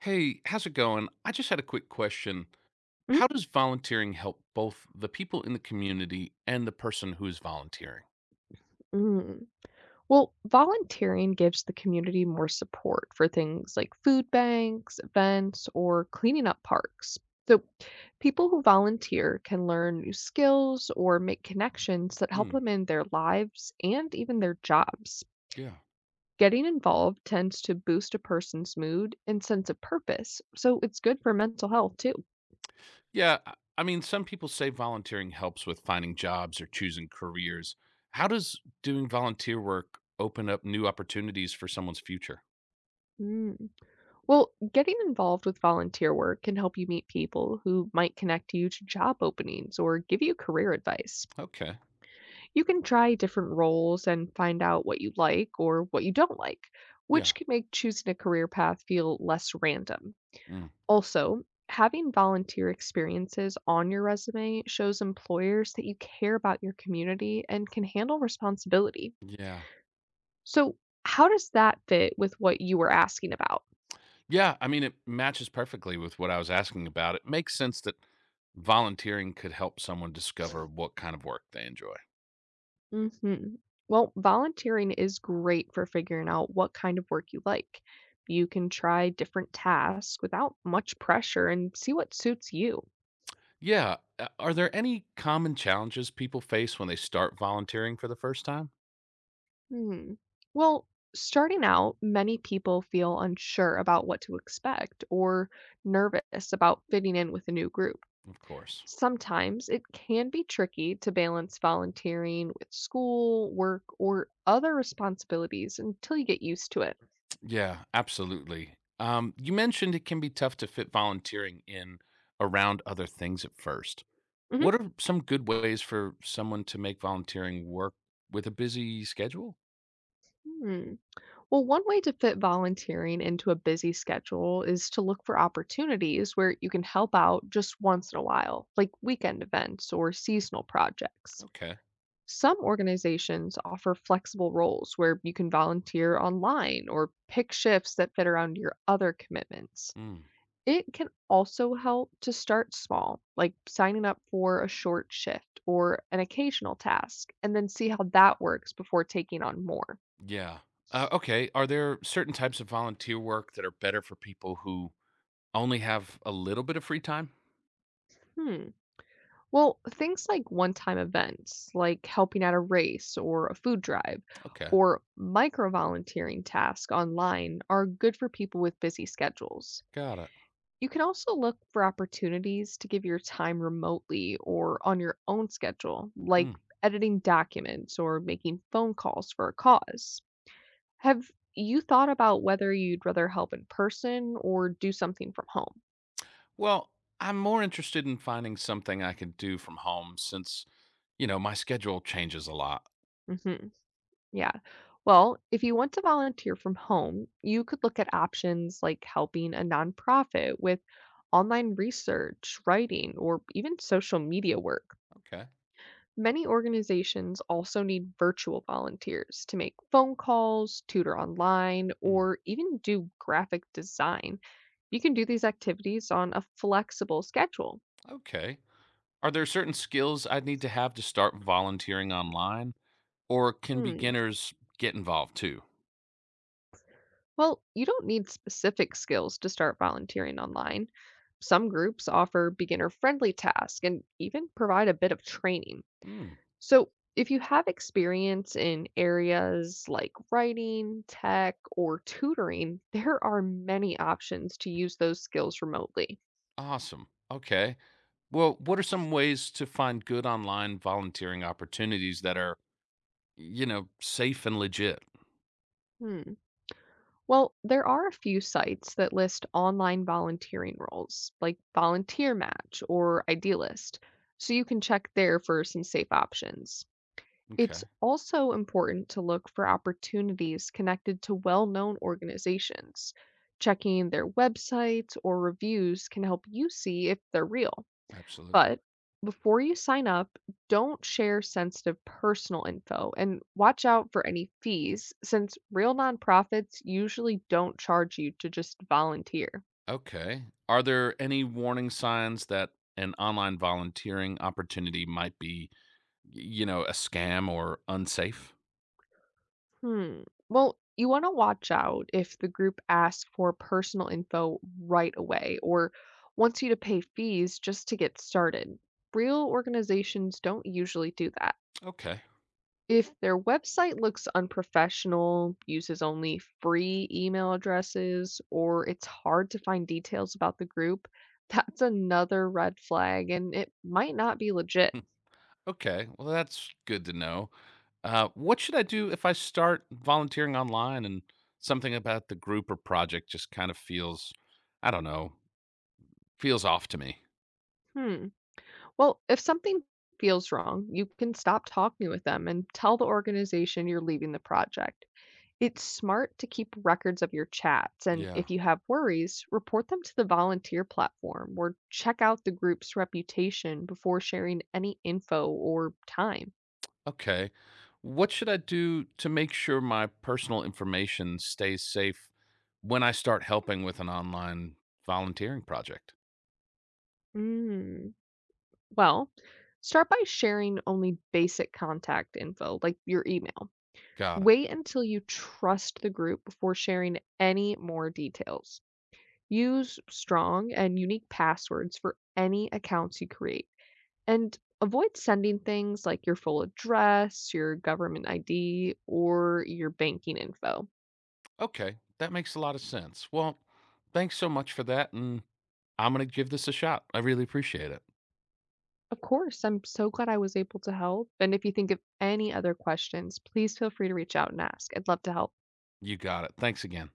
Hey, how's it going? I just had a quick question. How does volunteering help both the people in the community and the person who is volunteering? Mm-mm. Well, volunteering gives the community more support for things like food banks, events, or cleaning up parks. So, people who volunteer can learn new skills or make connections that help Mm, them in their lives and even their jobs. yeah. Getting involved tends to boost a person's mood and sense of purpose, so it's good for mental health too. Yeah. I mean, some people say volunteering helps with finding jobs or choosing careers. How does doing volunteer work open up new opportunities for someone's future? Mm. Well, getting involved with volunteer work can help you meet people who might connect you to job openings or give you career advice. Okay. You can try different roles and find out what you like or what you don't like, Yeah. which can make choosing a career path feel less random. Mm, Also, having volunteer experiences on your resume shows employers that you care about your community and can handle responsibility. yeah. So, how does that fit with what you were asking about? Yeah. I mean, it matches perfectly with what I was asking about. It makes sense that volunteering could help someone discover what kind of work they enjoy. Mhm. Well, volunteering is great for figuring out what kind of work you like. You can try different tasks without much pressure and see what suits you. Yeah. Are there any common challenges people face when they start volunteering for the first time? Hmm. Well, starting out, many people feel unsure about what to expect or nervous about fitting in with a new group. Of course. Sometimes it can be tricky to balance volunteering with school, work, or other responsibilities until you get used to it. Yeah, absolutely. You mentioned it can be tough to fit volunteering in around other things at first. Mhm. What are some good ways for someone to make volunteering work with a busy schedule? Hmm. Well, one way to fit volunteering into a busy schedule is to look for opportunities where you can help out just once in a while, like weekend events or seasonal projects. Okay. Some organizations offer flexible roles where you can volunteer online or pick shifts that fit around your other commitments. Mm, It can also help to start small, like signing up for a short shift or an occasional task, and then see how that works before taking on more. yeah. Okay. Are there certain types of volunteer work that are better for people who only have a little bit of free time? Hmm. Well, things like one-time events, like helping at a race or a food drive, Okay. or micro-volunteering tasks online are good for people with busy schedules. Got it. You can also look for opportunities to give your time remotely or on your own schedule, like Mm. editing documents or making phone calls for a cause. Have you thought about whether you'd rather help in person or do something from home? Well, I'm more interested in finding something I could do from home since, you know, my schedule changes a lot. hmm Yeah. Well, if you want to volunteer from home, you could look at options like helping a nonprofit with online research, writing, or even social media work. Okay. Many organizations also need virtual volunteers to make phone calls, tutor online, Hmm. or even do graphic design. You can do these activities on a flexible schedule. Okay. Are there certain skills I'd need to have to start volunteering online, or can Hmm. beginners get involved too? Well, you don't need specific skills to start volunteering online. Some groups offer beginner friendly tasks and even provide a bit of training. Hmm. So, if you have experience in areas like writing, tech, or tutoring, there are many options to use those skills remotely. Awesome. Okay. Well, what are some ways to find good online volunteering opportunities that are, you know, safe and legit? Hmm. Well, there are a few sites that list online volunteering roles, like Volunteer Match or Idealist, so you can check there for some safe options. It's Okay. also important to look for opportunities connected to well known organizations. Checking their websites or reviews can help you see if they're real. Absolutely. But before you sign up, don't share sensitive personal info and watch out for any fees, since real nonprofits usually don't charge you to just volunteer. Okay. Are there any warning signs that an online volunteering opportunity might be, you know, a scam or unsafe? Hmm. Well, you want to watch out if the group asks for personal info right away or wants you to pay fees just to get started. Real organizations don't usually do that. Okay. If their website looks unprofessional, uses only free email addresses, or it's hard to find details about the group, that's another red flag and it might not be legit. Hmm. Okay. Well, that's good to know. What should I do if I start volunteering online and something about the group or project just kind of feels, I don't know, feels off to me. Hmm. Well, if something feels wrong, you can stop talking with them and tell the organization you're leaving the project. It's smart to keep records of your chats, and Yeah. if you have worries, report them to the volunteer platform or check out the group's reputation before sharing any info or time. Okay. What should I do to make sure my personal information stays safe when I start helping with an online volunteering project? Mm. Well, start by sharing only basic contact info, like your email. Got it. Wait until you trust the group before sharing any more details. Use strong and unique passwords for any accounts you create. And avoid sending things like your full address, your government ID, or your banking info. Okay. That makes a lot of sense. Well, thanks so much for that. And I'm going to give this a shot. I really appreciate it. Of course, I'm so glad I was able to help. And if you think of any other questions, please feel free to reach out and ask. I'd love to help. You got it. Thanks again.